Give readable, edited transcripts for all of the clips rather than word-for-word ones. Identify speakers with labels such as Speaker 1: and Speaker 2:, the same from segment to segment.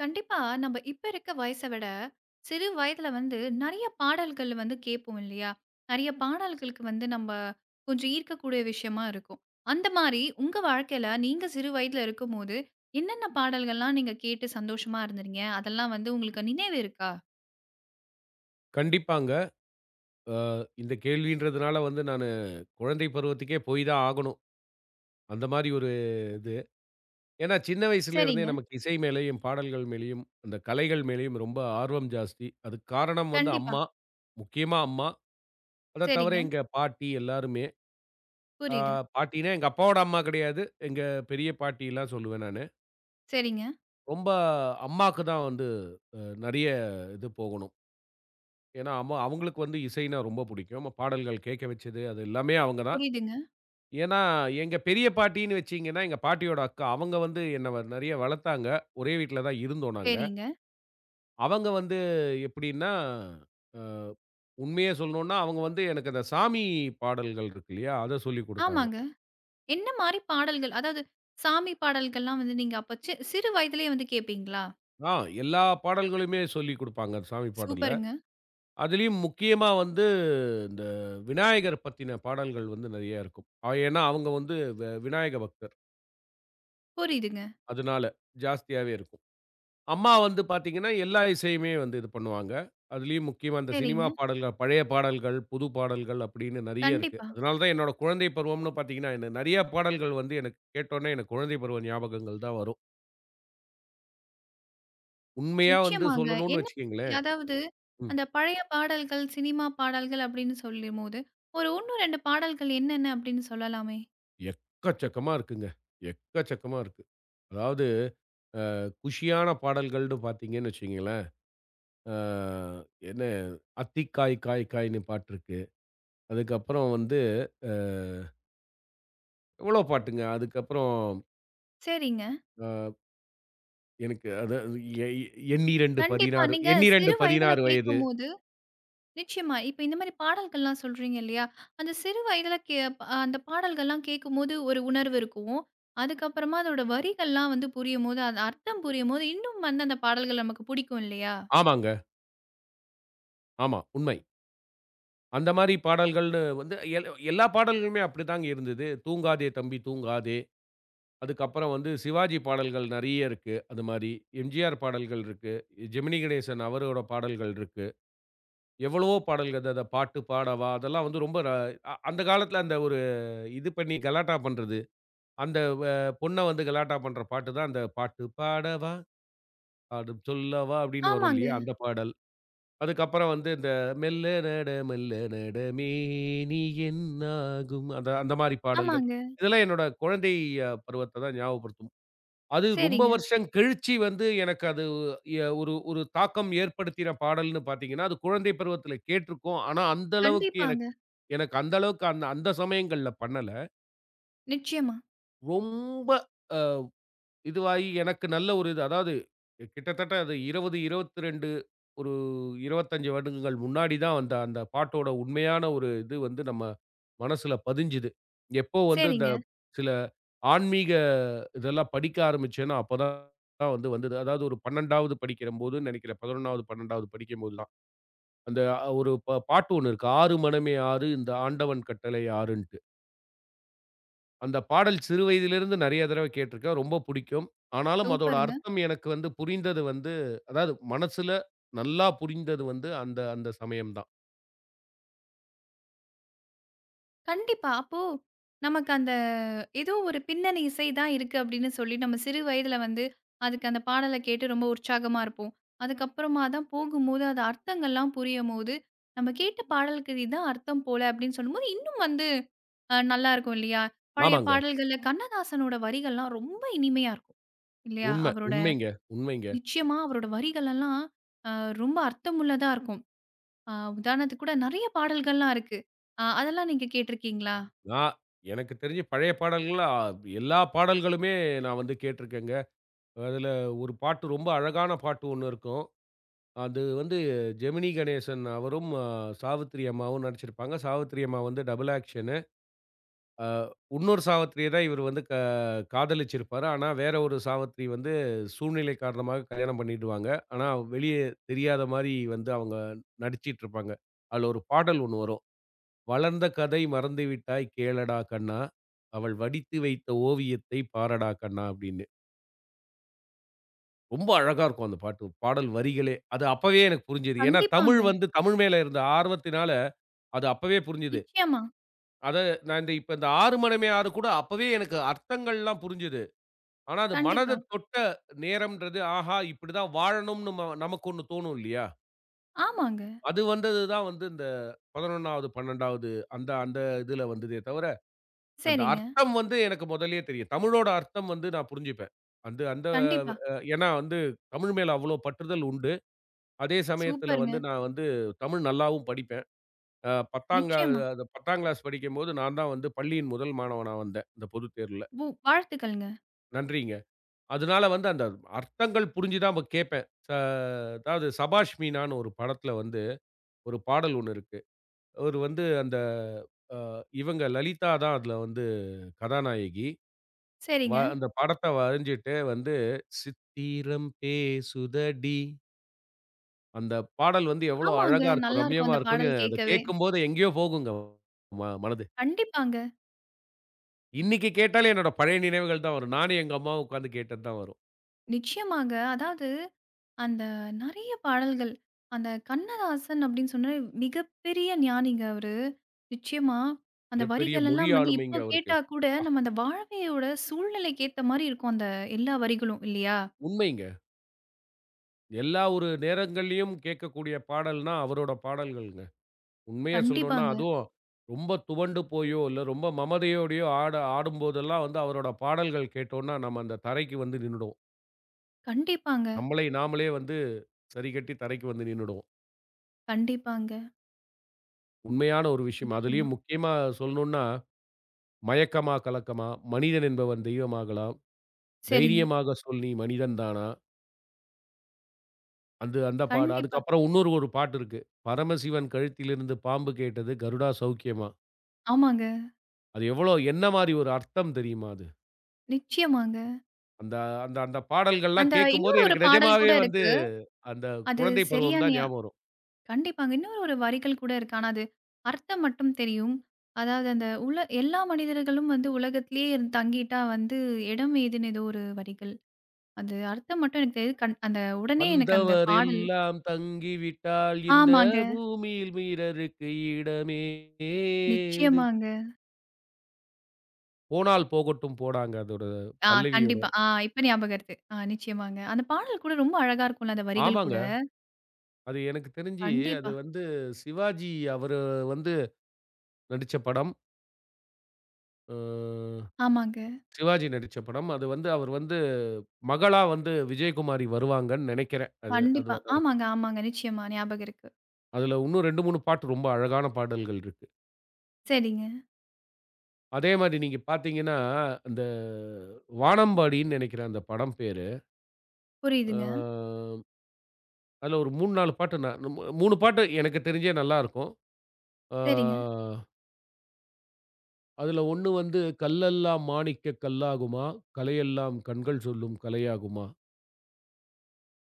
Speaker 1: கண்டிப்பா நம்ம இப்ப இருக்க வயசை விட சிறு வயதுல வந்து நிறைய பாடல்கள் வந்து கேட்போம் இல்லையா? நிறைய பாடல்களுக்கு வந்து நம்ம கொஞ்சம் ஈர்க்கக்கூடிய விஷயமா இருக்கும். அந்த மாரி உங்க வாழ்க்கையில நீங்க சிறு வயதுல இருக்கும்போது, என்னென்ன பாடல்கள்லாம் நீங்க கேட்டு சந்தோஷமா இருந்தீங்க? அதெல்லாம் வந்து உங்களுக்கு நினைவு இருக்கா?
Speaker 2: கண்டிப்பாங்க. அ இந்த கேள்வின்றதுனால வந்து நானு குழந்தை பருவத்துக்கே போய் தான் ஆகணும். அந்த மாரி ஒரு இது. ஏன்னா சின்ன வயசுல இருந்தே
Speaker 1: சரிங்க.
Speaker 2: நமக்கு இசை மேலயும், பாடல்கள் மேலயும், அந்த கலைகள் மேலயும் ரொம்ப ஆர்வம் ஜாஸ்தி. அதுக்கு காரணம் வந்து
Speaker 1: கண்டிப்பா.
Speaker 2: அம்மா. முக்கியமா அம்மா. அத தவிர
Speaker 1: சரிங்க.
Speaker 2: எங்க பாட்டி எல்லாருமே. அ
Speaker 1: புரியுது.
Speaker 2: பாட்டின்னா எங்க அப்பாவோட அம்மா கிடையாது. எங்க பெரிய பாட்டிலாம் சொல்லுவேன் நானு.
Speaker 1: சரிங்க.
Speaker 2: ரொம்ப அம்மாக்கு தான் வந்து அ நெறைய இது போகணும். ஏன்னா அம்மா அவங்களுக்கு வந்து இசைன்னா ரொம்ப புடிக்கும். பாடல்கள் கேட்க வச்சது அது எல்லாமே அவங்க தான்.
Speaker 1: புரியுதுங்க.
Speaker 2: ஏன்னா, எங்க பெரிய பாட்டின்னு வச்சீங்கன்னா, எங்க பாட்டியோட அக்கா. அவங்க வந்து என்ன வ நெறைய வளர்த்தாங்க. ஒரே வீட்ல தான் இருந்தோம் நாங்க.
Speaker 1: சரிங்க.
Speaker 2: அவங்க வந்து எப்படின்னா, அ உண்மைய சொல்லணும்னா, அவங்க வந்து எனக்கு அந்த சாமி பாடல்கள் இருக்கு இல்லையா? அத சொல்லிக் குடுத்தாங்க.
Speaker 1: ஆமாங்க. என்ன மாரி பாடல்கள்? அதாவது சாமி பாடல்கள்லாம் வந்து நீங்க அப்ப சிறு வயதிலேயே வந்து கேட்பீங்களா?
Speaker 2: ஆ எல்லா பாடல்களுமே சொல்லிக் குடுப்பாங்க, சாமி பாடல்ல.
Speaker 1: சூப்பருங்க.
Speaker 2: அதுலயும் முக்கியமா வந்து இந்த விநாயகர் பத்தின பாடல்கள் வந்து நெறைய இருக்கும். ஆ, ஏன்னா, அவங்க வந்து விநாயக பக்தர்.
Speaker 1: புரியுதுங்க.
Speaker 2: அதனால ஜாஸ்தியாவே இருக்கும். அம்மா வந்து பார்த்தீங்கன்னா, எல்லா இசையுமே வந்து இது பண்ணுவாங்க. அதிலயும் முக்கியமா அந்த சினிமா
Speaker 1: சரிங்க.
Speaker 2: பாடல்கள், பழைய பாடல்கள், புது பாடல்கள் அப்படின்னு நெறைய இருக்கு.
Speaker 1: கண்டிப்பா.
Speaker 2: அதனால தான் என்னோட குழந்தை பருவம்னு பார்த்தீங்கன்னா, என்ன நெறைய பாடல்கள் வந்து எனக்கு கேட்டோனே எனக்கு குழந்தை பருவ ஞாபகங்கள் தான் வரும். உண்மையா வந்து
Speaker 1: நிச்சயமாங்க.
Speaker 2: சொல்லணும்னு
Speaker 1: என்ன மாதிரி,
Speaker 2: வச்சுக்கங்களேன்,
Speaker 1: அதாவது
Speaker 2: ம்
Speaker 1: அந்த பழைய பாடல்கள், சினிமா பாடல்கள் அப்படின்னு சொல்லும்போது, ஒரு 1, 2 பாடல்கள் என்னென்ன அப்படின்னு சொல்லலாமே?
Speaker 2: எக்கச்சக்கமா இருக்குங்க. எக்கச்சக்கமா இருக்கு. அதாவது குஷியான பாடல்கள்னு பார்த்தீங்கன்னு வச்சுக்கங்களேன், அ என்ன "அத்திக்காய் காய் காய்ன்னு" பாட்டு இருக்கு. அதுக்கப்புறம் வந்து அ எவ்வளோ பாட்டுங்க. அதுக்கப்புறம் அ
Speaker 1: சரிங்க.
Speaker 2: எனக்கு அது அது எ எ- எண்ணிரண்டு
Speaker 1: கண்டிப்பா
Speaker 2: 16
Speaker 1: நீங்க
Speaker 2: எண்ணிரண்டு
Speaker 1: சிறு வயதில
Speaker 2: 16 வயது.
Speaker 1: கேட்கும்போது நிச்சயமா. இப்ப இந்த மாரி பாடல்கள்லாம் சொல்றீங்க இல்லையா? அந்த சிறு வயதில அந்த பாடல்கள்லாம் கேட்கும்போது ஒரு உணர்வு இருக்கும். அதுக்கப்புறமா அதோட வரிகள்லாம் வந்து புரியும்போது, அது அர்த்தம் புரியும்போது, இன்னும் வந்து அந்த பாடல்கள் நமக்கு புடிக்கும் இல்லையா?
Speaker 2: ஆமாங்க. ஆமா, உண்மை. அந்த மாரி பாடல்கள்னு வந்து எல்லா பாடல்களுமே அப்படிதாங்க இருந்தது. "தூங்காதே தம்பி தூங்காதே", அதுக்கப்புறம் வந்து சிவாஜி பாடல்கள் நெறைய இருக்கு. அது மாரி எம்ஜிஆர் பாடல்கள் இருக்கு. ஜெமினி கணேசன் அவரோட பாடல்கள் இருக்கு. எவ்வளவோ பாடல்கள் அத அத "பாட்டு பாடவா" அதெல்லாம் வந்து ரொம்ப ர அ அந்த காலத்துல அந்த ஒரு இது பண்ணி கலாட்டா பண்றது. அந்த வ பொண்ண வந்து கலாட்டா பண்ற பாட்டு தான் அந்த "பாட்டு பாடவா பாடும் சொல்லவா" அப்படின்னு வரும்
Speaker 1: ஆமாங்க,
Speaker 2: இல்லையா? அந்த பாடல். அதுக்கப்புறம் வந்து இந்த மெல்ல நட மெல்ல நட மேனி என்னாகும் அந்த அந்த மாரி பாடல்கள்.
Speaker 1: ஆமாங்க.
Speaker 2: இதெல்லாம் என்னோட குழந்தை பருவத்த தான் ஞாபகப்படுத்தும். அது ரொம்ப
Speaker 1: சரிங்க.
Speaker 2: வருஷம் கழிச்சு வந்து எனக்கு அது எ ஒரு ஒரு தாக்கம் ஏற்படுத்தின பாடல்ன்னு பார்த்தீங்கன்னா, அது குழந்தை பருவத்தில கேட்டிருக்கோம். ஆனா, அந்த அளவுக்கு எனக்கு
Speaker 1: கண்டிப்பாங்க.
Speaker 2: எனக்கு அந்த அளவுக்கு அந்த அந்த சமயங்கள்ல பண்ணல.
Speaker 1: நிச்சயமா.
Speaker 2: ரொம்ப இதுவாகி எனக்கு நல்ல ஒரு இது அதாவது கிட்டத்தட்ட அது 20, 22 ஒரு 25 வருடங்கள் முன்னாடி தான் அந்த அந்த பாட்டோட உண்மையான ஒரு இது வந்து நம்ம மனசுல பதிஞ்சுது. எப்போ வந்து இந்த
Speaker 1: சரிங்க.
Speaker 2: சில ஆன்மீக இதெல்லாம் படிக்க ஆரம்பிச்சேனோ, அப்பதான் வந்து வந்தது. அதாவது ஒரு 12வது படிக்கிறம்போதுன்னு நெனைக்கிறேன். 11வது, 12வது படிக்கும்போது தான். ஒரு பாட்டு ஒண்ணு இருக்கு. "ஆறு மனமே ஆறு இந்த ஆண்டவன் கட்டளை ஆறுன்ட்டு." அந்த பாடல் சிறு வயதிலிருந்து நெறைய தடவ கேட்டுருக்கேன். ரொம்ப புடிக்கும். ஆனாலும் அதோட
Speaker 1: சூப்பருங்க.
Speaker 2: அர்த்தம் எனக்கு வந்து புரிந்தது வந்து அதாவது மனசுல நல்லா புரிந்தது வந்து அந்த அந்த சமயம் தான்.
Speaker 1: கண்டிப்பா. அப்போ நமக்கு அந்த ஏதோ ஒரு பின்னணி இசை தான் இருக்கு அப்படின்னு சொல்லி நம்ம சிறு வயதில வந்து அதுக்கு அந்த பாடல கேட்டு ரொம்ப உற்சாகமா இருப்போம். அதுக்கப்புறமா தான் போகும்போது அது அர்த்தங்கள்லாம் புரியும்போது, நம்ம கேட்ட பாடலுக்கு இதுதான் அர்த்தம் போல அப்படின்னு சொல்லும்போது, இன்னும் வந்து நல்லாருக்கும் இல்லையா? பழைய
Speaker 2: ஆமாங்க.
Speaker 1: பாடல்கள்ல கண்ணதாசனோட வரிகள்லாம் ரொம்ப இனிமையா இருக்கும் இல்லையா?
Speaker 2: உண்ம.
Speaker 1: அவரோட
Speaker 2: உண்மைங்க. உண்மைங்க.
Speaker 1: நிச்சயமா அவரோட வரிகள் எல்லாம் அ ரொம்ப அர்த்தமுள்ளதா இருக்கும். அ உதாரணத்துக்கு கூட நெறைய பாடல்கள்லாம் இருக்கு. அதெல்லாம் நீங்க கேட்டிருக்கீங்களா?
Speaker 2: நான் எனக்கு தெரிஞ்சு பழைய பாடல்கள்ல எல்லா பாடல்களுமே நான் வந்து கேட்டுருக்கேங்க. அதுல ஒரு பாட்டு ரொம்ப அழகான பாட்டு ஒண்ணு இருக்கும். அது வந்து ஜெமினி கணேசன் அவரும், சாவித்திரி அம்மாவும் நடிச்சிருப்பாங்க. சாவித்திரி அம்மா வந்து டபுள் ஆக்ஷன். அ உன்னொரு சாவத்திரிய தான் இவரு வந்து காதலிச்சிருப்பாரு. ஆனா, வேற ஒரு சாவத்திரி வந்து சூழ்நிலை காரணமாக கல்யாணம் பண்ணிடுவாங்க. ஆனா, வெளியே தெரியாத மாரி வந்து அவங்க நடிச்சிட்டுருப்பாங்க. அதுல ஒரு பாடல் ஒண்ணு வரும். "வளர்ந்த கதை மறந்துவிட்டாய் கேளடா கண்ணா, அவள் வடித்து வைத்த ஓவியத்தை பாரடா கண்ணா" அப்படின்னு. ரொம்ப அழகா இருக்கும் அந்த பாட்டு. பாடல் வரிகளே. அது அப்பவே எனக்கு புரிஞ்சது. ஏன்னா,
Speaker 1: கண்டிப்பாங்க.
Speaker 2: தமிழ் மேல இருந்த ஆர்வத்தினால அது அப்பவே புரிஞ்சது.
Speaker 1: நிச்சயமா.
Speaker 2: அத நான் இந்த இப்ப இந்த "ஆறு மனமே ஆறு" கூட அப்பவே எனக்கு அர்த்தங்கள்லாம் புரிஞ்சது. ஆனா, அது
Speaker 1: கண்டிப்பா.
Speaker 2: மனத தொட்ட நேரம்ன்றது, ஆஹா! இப்படிதான் வாழணும்னு நம்ம நமக்கு ஒண்ணு தோணும் இல்லையா?
Speaker 1: ஆமாங்க.
Speaker 2: அது வந்தது தான் வந்து இந்த 11வது, 12வது அந்த அந்த இதுல வந்ததே தவிர, அந்த
Speaker 1: சரிங்க.
Speaker 2: அர்த்தம் வந்து எனக்கு முதல்லயே தெரியும். தமிழோட அர்த்தம் வந்து நான் புரிஞ்சுப்பேன். அந்த அந்த
Speaker 1: கண்டிப்பா.
Speaker 2: அ ஏன்னா வந்து தமிழ் மேல அவ்வளோ பற்றுதல் உண்டு. அதே சமயத்துல
Speaker 1: சூப்பருங்க.
Speaker 2: வந்து நான் வந்து தமிழ் நல்லாவும் படிப்பேன். அ 10ங்க
Speaker 1: நிச்சயமா.
Speaker 2: 10ஆங் கிளாஸ் படிக்கும்போது நான் தான் வந்து பள்ளியின் முதல் மாணவனா வந்தேன், இந்த பொதுத் தேர்வுல.
Speaker 1: உ வாழ்த்துக்கள்ங்க.
Speaker 2: நன்றிங்க. அதனால வந்து அந்த அர்த்தங்கள் புரிஞ்சு தான் அப்ப கேட்பேன். அதாவது சபாஷ் மீனான்னு ஒரு படத்துல வந்து ஒரு பாடல் ஒண்ணு இருக்கு. அவரு வந்து அந்த அ இவங்க லலிதா தான் அதுல வந்து கதாநாயகி.
Speaker 1: சரிங்க.
Speaker 2: அந்த படத்த வரைஞ்சுட்டு வந்து "சித்திரம் பேசுதடி" அந்த பாடல் வந்து எவ்வளோ
Speaker 1: ஆமாங்க.
Speaker 2: அழகா இருக்கும்,
Speaker 1: நல்லாருக்கும்
Speaker 2: ரம்யமா
Speaker 1: அந்த
Speaker 2: இருக்கும்ன்னு
Speaker 1: பாடல்
Speaker 2: அத
Speaker 1: கேட்கவே.
Speaker 2: கேட்கும்போது எங்கேயோ போகுங்க மனது.
Speaker 1: கண்டிப்பாங்க.
Speaker 2: இன்னைக்கு கேட்டாலே என்னோட பழைய நினைவுகள் தான் வரும். நானும் எங்க அம்மாவும் உட்கார்ந்து கேட்டது தான் வரும்.
Speaker 1: நிச்சயமாங்க. அதாவது அந்த நெறைய பாடல்கள். அந்த கண்ணதாசன் அப்படின்னு சொன்னா மிகப்பெரிய ஞானிங்க அவரு. நிச்சயமா. அந்த
Speaker 2: மிகப்பெரிய
Speaker 1: வரிகள்
Speaker 2: மொழி
Speaker 1: எல்லாம் வந்து இப்போ
Speaker 2: ஆளுமைங்க அவருக்கு.
Speaker 1: கேட்டா கூட
Speaker 2: ஆ
Speaker 1: நம்ம அந்த வாழ்வையோட சூழ்நிலைக்கு ஏத்த மாரி இருக்கும் அந்த எல்லா வரிகளும் இல்லையா?
Speaker 2: உண்மைங்க. எல்லா ஒரு நேரங்கள்லயும் கேட்கக்கூடிய பாடல்னா, அவரோட பாடல்கள்ங்க. உண்மைய சொல்லணும்னா,
Speaker 1: கண்டிப்பாங்க.
Speaker 2: அதுவும் ரொம்ப துவண்டு போயோ, இல்ல ரொம்ப மமதையோடையோ ஆடும்போதெல்லாம் வந்து அவரோட பாடல்கள் கேட்டோம்னா, நம்ம அந்த தரைக்கு வந்து நின்னுடுவோம்.
Speaker 1: கண்டிப்பாங்க.
Speaker 2: நம்மளை நாமளே வந்து சரிகட்டி தரைக்கு வந்து நின்னுடுவோம்.
Speaker 1: கண்டிப்பாங்க.
Speaker 2: உண்மையான ஒரு விஷயம்.
Speaker 1: நிச்சயமா.
Speaker 2: அதுலயும் முக்கியமா சொல்லணும்னா, "மயக்கமா கலக்கமா, மனிதன் என்பவன் தெய்வமாகலாம்,
Speaker 1: சரிங்க.
Speaker 2: தைரியமாக சொல் நீ மனிதன் தானா" அந்த அந்த பாட
Speaker 1: கண்டிப்பா.
Speaker 2: அதுக்கப்புறம் இன்னொரு பாட்டு இருக்கு. "பரமசிவன் கழுத்திலிருந்து பாம்பு கேட்டது கருடா சௌக்கியமா."
Speaker 1: ஆமாங்க.
Speaker 2: அது எவ்வளோ என்ன மாரி ஒரு அர்த்தம் தெரியுமா அது?
Speaker 1: நிச்சயமாங்க.
Speaker 2: அந்த அந்த அந்த பாடல்கள்லாம்
Speaker 1: அந்த இன்னொரு
Speaker 2: கேட்கும்போது
Speaker 1: ஒரு
Speaker 2: எனக்கு
Speaker 1: பாடல் கூட
Speaker 2: நிஜமாவே வந்து
Speaker 1: இருக்கு.
Speaker 2: அந்த
Speaker 1: அது
Speaker 2: குழந்தை
Speaker 1: சரியா
Speaker 2: பருவம் தான் ஞாபகம் வரும்.
Speaker 1: கண்டிப்பாங்க. இன்னொரு ஒரு வரிகள் கூட இருக்கு. ஆனா அது அர்த்தம் மட்டும் தெரியும். அதாவது அந்த உல எல்லா மனிதர்களும் வந்து உலகத்திலேயே இருந்து தங்கிட்டா வந்து இடம் ஏதுன்னு ஏதோ ஒரு வரிகள். அது அர்த்தம் மட்டும் எனக்கு தெரியுது. அந்த உடனே எனக்கு அந்த
Speaker 2: வந்தவர்
Speaker 1: பாடல்
Speaker 2: எல்லாம் தங்கிவிட்டால் இந்த
Speaker 1: ஆமாங்க.
Speaker 2: பூமியில் வீரருக்கு இடமேது.
Speaker 1: நிச்சயமாங்க.
Speaker 2: போனால் போகட்டும் போடாங்க அதோட
Speaker 1: ஆ
Speaker 2: பல்லவியோட.
Speaker 1: கண்டிப்பா. ஆ இப்ப ஞாபகம் இருக்கு. ஆ நிச்சயமாங்க. அந்த பாடல் கூட ரொம்ப அழகா இருக்கும்ல அந்த வரிகள் கூட.
Speaker 2: ஆமாங்க. அது எனக்கு தெரிஞ்சு அது
Speaker 1: கண்டிப்பா.
Speaker 2: வந்து சிவாஜி அவரு வந்து நடிச்ச படம். அ
Speaker 1: ஆமாங்க.
Speaker 2: சிவாஜி நடிச்ச படம். அது வந்து அவர் வந்து மகளா வந்து விஜயகுமாரி வருவாங்கன்னு நினைக்கிறேன். அது
Speaker 1: கண்டிப்பா.
Speaker 2: அதுவா தான் இருக்கும்.
Speaker 1: ஆமாங்க, ஆமாங்க. நிச்சயமா ஞாபகம் இருக்கு.
Speaker 2: அதுல இன்னும் 2, 3 பாட்டு ரொம்ப அழகான பாடல்கள் இருக்கு.
Speaker 1: சரிங்க.
Speaker 2: அதே மாரி நீங்க பார்த்தீங்கன்னா, அந்த வானம்பாடின்னு நெனைக்கிறேன் அந்த படம் பேரு.
Speaker 1: புரியுதுங்க.
Speaker 2: அ அதுல ஒரு 3, 4 பாட்டு நான் நம்ம 3 பாட்டு எனக்கு தெரிஞ்சே நல்லாருக்கும். அ
Speaker 1: சரிங்க.
Speaker 2: அதுல ஒண்ணு வந்து "கல்லெல்லாம் மாணிக்கக் கல்லாகுமா, கலையெல்லாம் கண்கள் சொல்லும் கலையாகுமா,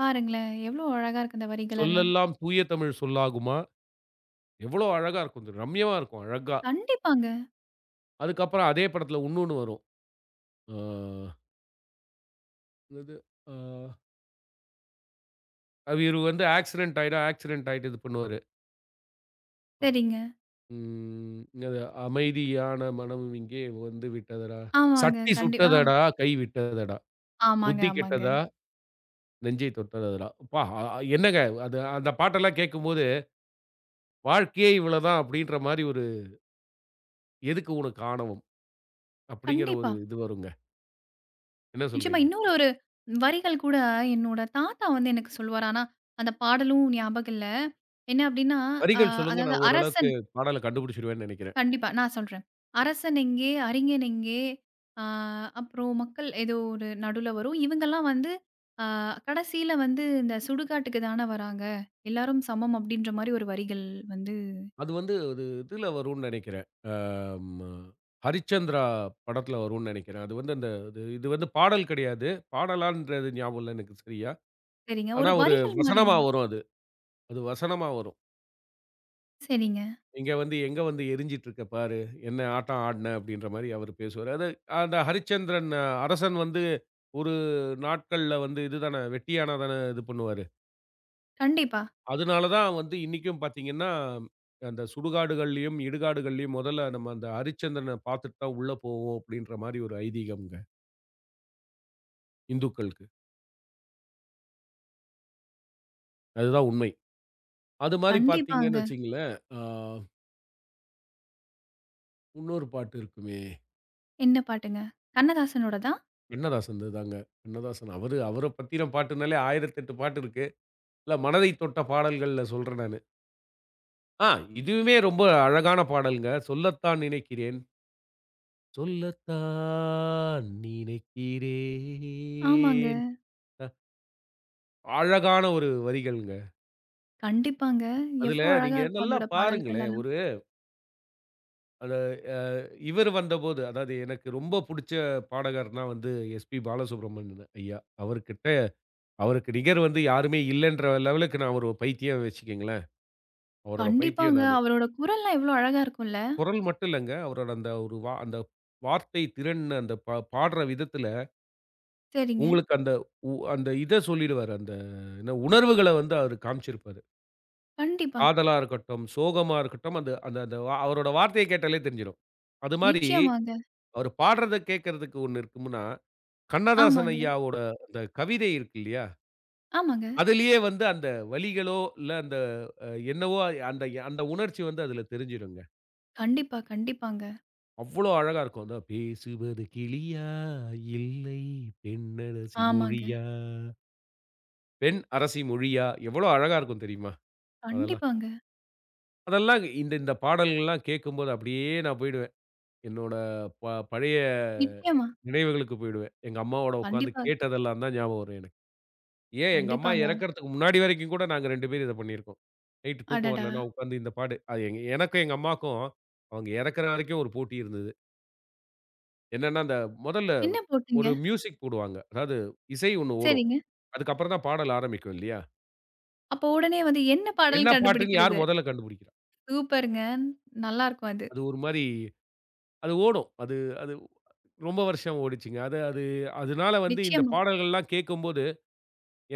Speaker 1: பாருங்களேன், எவ்ளோ அழகா இருக்கு இந்த வரிகளெல்லாம்.
Speaker 2: சொல்லெல்லாம் தூய தமிழ் சொல்லாகுமா" எவ்வளோ அழகா இருக்கும். இது ரம்யமா இருக்கும் அழகா.
Speaker 1: கண்டிப்பாங்க.
Speaker 2: அதுக்கப்புறம் அதே படத்துல உன்னொன்னு வரும். அ என்னது? அ அவரு வந்து ஆக்சிடென்ட் ஆயிடும், ஆக்சிடென்ட் ஆயிட்டு இது பண்ணுவாரு.
Speaker 1: சரிங்க.
Speaker 2: ம். அது "அமைதியான மனம் இங்கே வந்து விட்டதடா,
Speaker 1: ஆமாங்க.
Speaker 2: சட்டி
Speaker 1: ஆமா.
Speaker 2: சுட்டதடா, கை விட்டதடா,
Speaker 1: ஆமாங்க,
Speaker 2: புத்தி
Speaker 1: ஆமாங்க.
Speaker 2: கெட்டதா, நெஞ்சை தொட்டதடா." அப்பா! அ அ- என்னங்க அது அந்த பாட்டெல்லாம் கேட்கும்போது, "வாழ்க்கையே இவ்வளவுதான்" அப்படின்ற மாரி ஒரு "எதுக்கு உனக்கு ஆணவம்?" அப்படிங்கிற
Speaker 1: கண்டிப்பா.
Speaker 2: ஒரு இது வருங்க. என்ன
Speaker 1: நிச்சயமா
Speaker 2: சொல்றீங்க?
Speaker 1: இன்னொரு ஒரு வரிகள் கூட என்னோட தாத்தா வந்து எனக்கு சொல்லுவாரு. ஆனா, அந்த பாடலும் ஞாபகம் இல்ல. என்ன அப்டின்னா, அ
Speaker 2: வரிகள் சொல்லுங்க,
Speaker 1: அதாவது
Speaker 2: நான் ஓரளவுக்கு
Speaker 1: அரசன்
Speaker 2: பாடல கண்டுபிடிச்சுருவேன்னு நெனைக்கிறேன்.
Speaker 1: கண்டிப்பா. நான் சொல்றேன். அரசன் எங்கே? அறிஞன் எங்கே? ஆ அப்புறம் மக்கள் ஏதோ ஒரு நடுவுல வரும். இவங்கலாம் வந்து ஆ கடைசியில வந்து இந்த சுடுகாட்டுக்கு தான வராங்க. எல்லாரும் சமம் அப்டின்ற மாரி ஒரு வரிகள் வந்து
Speaker 2: அது வந்து ஒரு இதுல வரும்னு நெனைக்கிறேன். ஆமா. ஹரிச்சந்திரா படத்துல வரும்னு நெனைக்கிறேன். அது வந்து அந்த இது இது வந்து பாடல் கிடையாது. பாடலான்றது ஞாபகம் இல்ல எனக்கு சரியா.
Speaker 1: சரிங்க.
Speaker 2: ஆனா
Speaker 1: ஒரு
Speaker 2: ஒரு
Speaker 1: வரிகள் மாரி
Speaker 2: வசனமா
Speaker 1: தான்.
Speaker 2: வரும் அது. அது வசனமா வரும்.
Speaker 1: சரிங்க.
Speaker 2: "இங்க வந்து எங்க வந்து எரிஞ்சிட்டு இருக்க பாரு. என்ன ஆட்டம் ஆடுன" அப்படின்ற மாரி அவரு பேசுவாரு. அது அந்த ஹரிச்சந்திரன் அரசன் வந்து ஒரு நாட்கள்ல வந்து இது தான வெட்டியானா தான இது பண்ணுவாரு.
Speaker 1: கண்டிப்பா.
Speaker 2: அதனால தான் வந்து இன்னைக்கும் பார்த்தீங்கன்னா, அந்த சுடுகாடுகள்லயும், இடுகாடுகள்லயும் முதல்ல நம்ம அந்த ஹரிச்சந்திரன பார்த்துட்டு தான் உள்ள போவோம் அப்படின்ற மாரி ஒரு ஐதீகம்ங்க, இந்துக்களுக்கு. அதுதான் உண்மை. அது மாரி பார்த்தீங்கன்னு
Speaker 1: கண்டிப்பாங்க.
Speaker 2: வச்சுக்கங்களேன், இன்னொரு பாட்டு இருக்குமே,
Speaker 1: என்ன பாட்டுங்க? கண்ணதாசனோடதா?
Speaker 2: கண்ணதாசன்துதாங்க. கண்ணதாசன் அவரு அவர பத்தின பாட்டுனாலே 1008 பாட்டு இருக்கு. இல்ல மனதை தொட்ட பாடல்கள்ல சொல்றேன் நானு. ஆ இதுவுமே ரொம்ப அழகான பாடல்ங்க. சொல்லத்தான் நினைக்கிறேன். சொல்லத்தான்
Speaker 1: ஆமாங்க.
Speaker 2: நினைக்கிறேன். அ அழகான ஒரு வரிகள்ங்க.
Speaker 1: கண்டிப்பாங்க.
Speaker 2: அதுல
Speaker 1: எவ்ளோ அழகா
Speaker 2: நீங்க
Speaker 1: இருக்கும்
Speaker 2: நல்லா
Speaker 1: அதோட பாடல்கள்
Speaker 2: பாருங்களேன்.
Speaker 1: எல்லாம்.
Speaker 2: அந்த அ இவர் வந்தபோது, அதாவது எனக்கு ரொம்ப புடிச்ச பாடகர்னா வந்து எஸ்பி பாலசுப்ரமணியன் ஐயா. அவர்கிட்ட அவருக்கு நிகர் வந்து யாருமே இல்லன்ற லெவலுக்கு நான் ஒரு பைத்தியம் வச்சுக்கங்களேன். அவரோட பைத்தியம்
Speaker 1: கண்டிப்பாங்க.
Speaker 2: நானு.
Speaker 1: அவரோட குரல்லாம் எவ்ளோ அழகா இருக்கும்ல.
Speaker 2: குரல் மட்டும் இல்லங்க. அவரோட அந்த ஒரு வா அந்த வார்த்தை திறன் அந்த பாடுற விதத்துல,
Speaker 1: சரிங்க.
Speaker 2: உங்களுக்கு அந்த அந்த இத சொல்லிடுவாரு. அந்த என்ன உணர்வுகள வந்து அவரு காமிச்சிருப்பாரு.
Speaker 1: கண்டிப்பா.
Speaker 2: காதலா இருக்கட்டும், சோகமா இருக்கட்டும், அந்த அந்த அந்த வா- அவரோட வார்த்தைய கேட்டாலே தெரிஞ்சிரும். அது மாரி,
Speaker 1: நிச்சயமாங்க.
Speaker 2: அவரு பாடுறத கேட்கறதுக்கு ஒண்ணு இருக்கும்னா கண்ணதாசன்
Speaker 1: ஆமாங்க,
Speaker 2: ஐயாவோட அந்த கவிதை இருக்கு இல்லையா?
Speaker 1: ஆமாங்க.
Speaker 2: அதிலேயே வந்து அந்த வலிகளோ, இல்ல அந்த என்னவோ அந்த அந்த உணர்ச்சி வந்து அதில தெரிஞ்சிடுங்க.
Speaker 1: கண்டிப்பா, கண்டிப்பாங்க.
Speaker 2: அவ்ளோ அழகா இருக்கும். அந்த பேசுவது கிளியா? இல்லை பெண்ணரசி
Speaker 1: ஆமாங்க.
Speaker 2: மொழியா? பெண் அரசி மொழியா? எவ்வளோ அழகா இருக்கும் தெரியுமா? அதெல்லாம்.
Speaker 1: கண்டிப்பாங்க.
Speaker 2: அதெல்லாம் இந்த இந்த பாடல்கள்லாம் கேட்கும்போது அப்படியே நான் போயிடுவேன். என்னோட ப பழைய
Speaker 1: நிச்சயமா.
Speaker 2: நினைவுகளுக்கு போயிடுவேன். எங்க அம்மாவோட உட்கார்ந்து
Speaker 1: கண்டிப்பா,
Speaker 2: கேட்டதெல்லாம் தான் ஞாபகம் வரும் எனக்கு. ஏன் எங்க அம்மா
Speaker 1: கண்டிப்பாங்க.
Speaker 2: இறக்கறதுக்கு முன்னாடி வரைக்கும் கூட நாங்க 2 பேரும் இத பண்ணியிருக்கோம். நைட் தூக்கம்
Speaker 1: அடடா!
Speaker 2: வரலன்னா உட்காந்து இந்த பாடு. அது எங்க எனக்கும் எங்க அம்மாக்கும் அவங்க இறக்கற வரைக்கும் ஒரு போட்டி இருந்தது. என்னன்னா, அந்த முதல்ல
Speaker 1: என்ன போட்டீங்க?
Speaker 2: ஒரு மியூசிக் போடுவாங்க. அதாவது இசை ஒண்ணு ஓடும்.
Speaker 1: சரிங்க.
Speaker 2: அதுக்கப்புறம் தான் பாடல் ஆரம்பிக்கும் இல்லையா?
Speaker 1: அப்போ உடனே வந்து என்ன
Speaker 2: என்ன
Speaker 1: பாடல்ன்னு
Speaker 2: பாட்டுன்னு யார்
Speaker 1: கண்டுபிடிக்கிறது.
Speaker 2: முதல்ல கண்டுபிடிக்கிறா?
Speaker 1: சூப்பருங்க. நல்லாருக்கும் அது.
Speaker 2: அது ஒரு மாரி அது ஓடும். அது அது ரொம்ப வருஷம் ஓடிச்சுங்க. அது அது அதனால வந்து இந்த
Speaker 1: நிச்சயமா.
Speaker 2: பாடல்கள்லாம் கேட்கும்போது,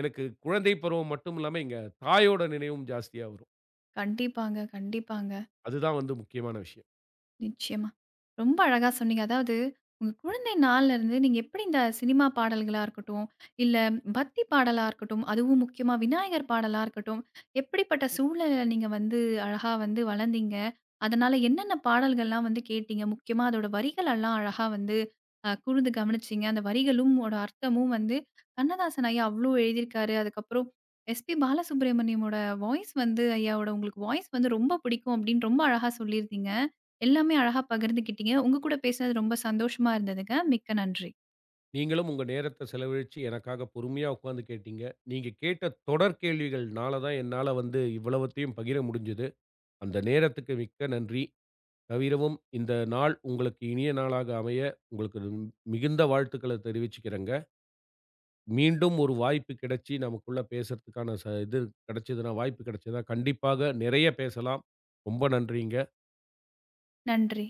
Speaker 2: எனக்கு குழந்தை பருவம் மட்டும் இல்லாம எங்க தாயோட நினைவும் ஜாஸ்தியா வரும்.
Speaker 1: கண்டிப்பாங்க, கண்டிப்பாங்க.
Speaker 2: அதுதான் வந்து முக்கியமான விஷயம்.
Speaker 1: நிச்சயமா. ரொம்ப அழகா சொன்னீங்க. அதாவது உங்க குழந்தை நாள்ல இருந்து நீங்க எப்படி இந்த சினிமா பாடல்களா இருக்கட்டும், இல்ல பக்தி பாடலா இருக்கட்டும், அதுவும் முக்கியமா விநாயகர் பாடலா இருக்கட்டும், எப்படிப்பட்ட சூழல்ல நீங்க வந்து அழகா வந்து வளர்ந்தீங்க? அதனால என்னென்ன பாடல்கள்லாம் வந்து கேட்டீங்க? முக்கியமா அதோட வரிகளெல்லாம் அழகா வந்து கூர்ந்து கவனிச்சீங்க. அந்த வரிகளும் ஓட அர்த்தமும் வந்து கண்ணதாசன் ஐயா அவ்ளோ எழுதியிருக்காரு. அதுக்கப்புறம் எஸ்பி பாலசுப்ரமணியமோட வாய்ஸ் வந்து ஐயாவோட உங்களுக்கு வாய்ஸ் வந்து ரொம்ப பிடிக்கும் அப்படின்னு ரொம்ப அழகா சொல்லியிருந்தீங்க. எல்லாமே அழகா பகிர்ந்துக்கிட்டீங்க. உங்க கூட பேசினது ரொம்ப சந்தோஷமா இருந்ததுங்க. மிக்க நன்றி.
Speaker 2: நீங்களும் உங்க நேரத்த செலவழிச்சு எனக்காக பொறுமையா உட்கார்ந்து கேட்டீங்க. நீங்க கேட்ட தொடர் கேள்விகள்னால தான் என்னால வந்து இவ்வளவத்தையும் பகிர முடிஞ்சது. அந்த நேரத்துக்கு மிக்க நன்றி. தவிரவும் இந்த நாள் உங்களுக்கு இனிய நாளாக அமைய உங்களுக்கு மிகுந்த வாழ்த்துக்கள தெரிவிச்சுக்கிறேங்க. மீண்டும் ஒரு வாய்ப்பு கிடைச்சு நமக்குள்ள பேசுறதுக்கான இது கிடைச்சதுன்னா வாய்ப்பு கிடைச்சதுன்னா கண்டிப்பாக நிறைய பேசலாம். ரொம்ப நன்றிங்க.
Speaker 1: நன்றி.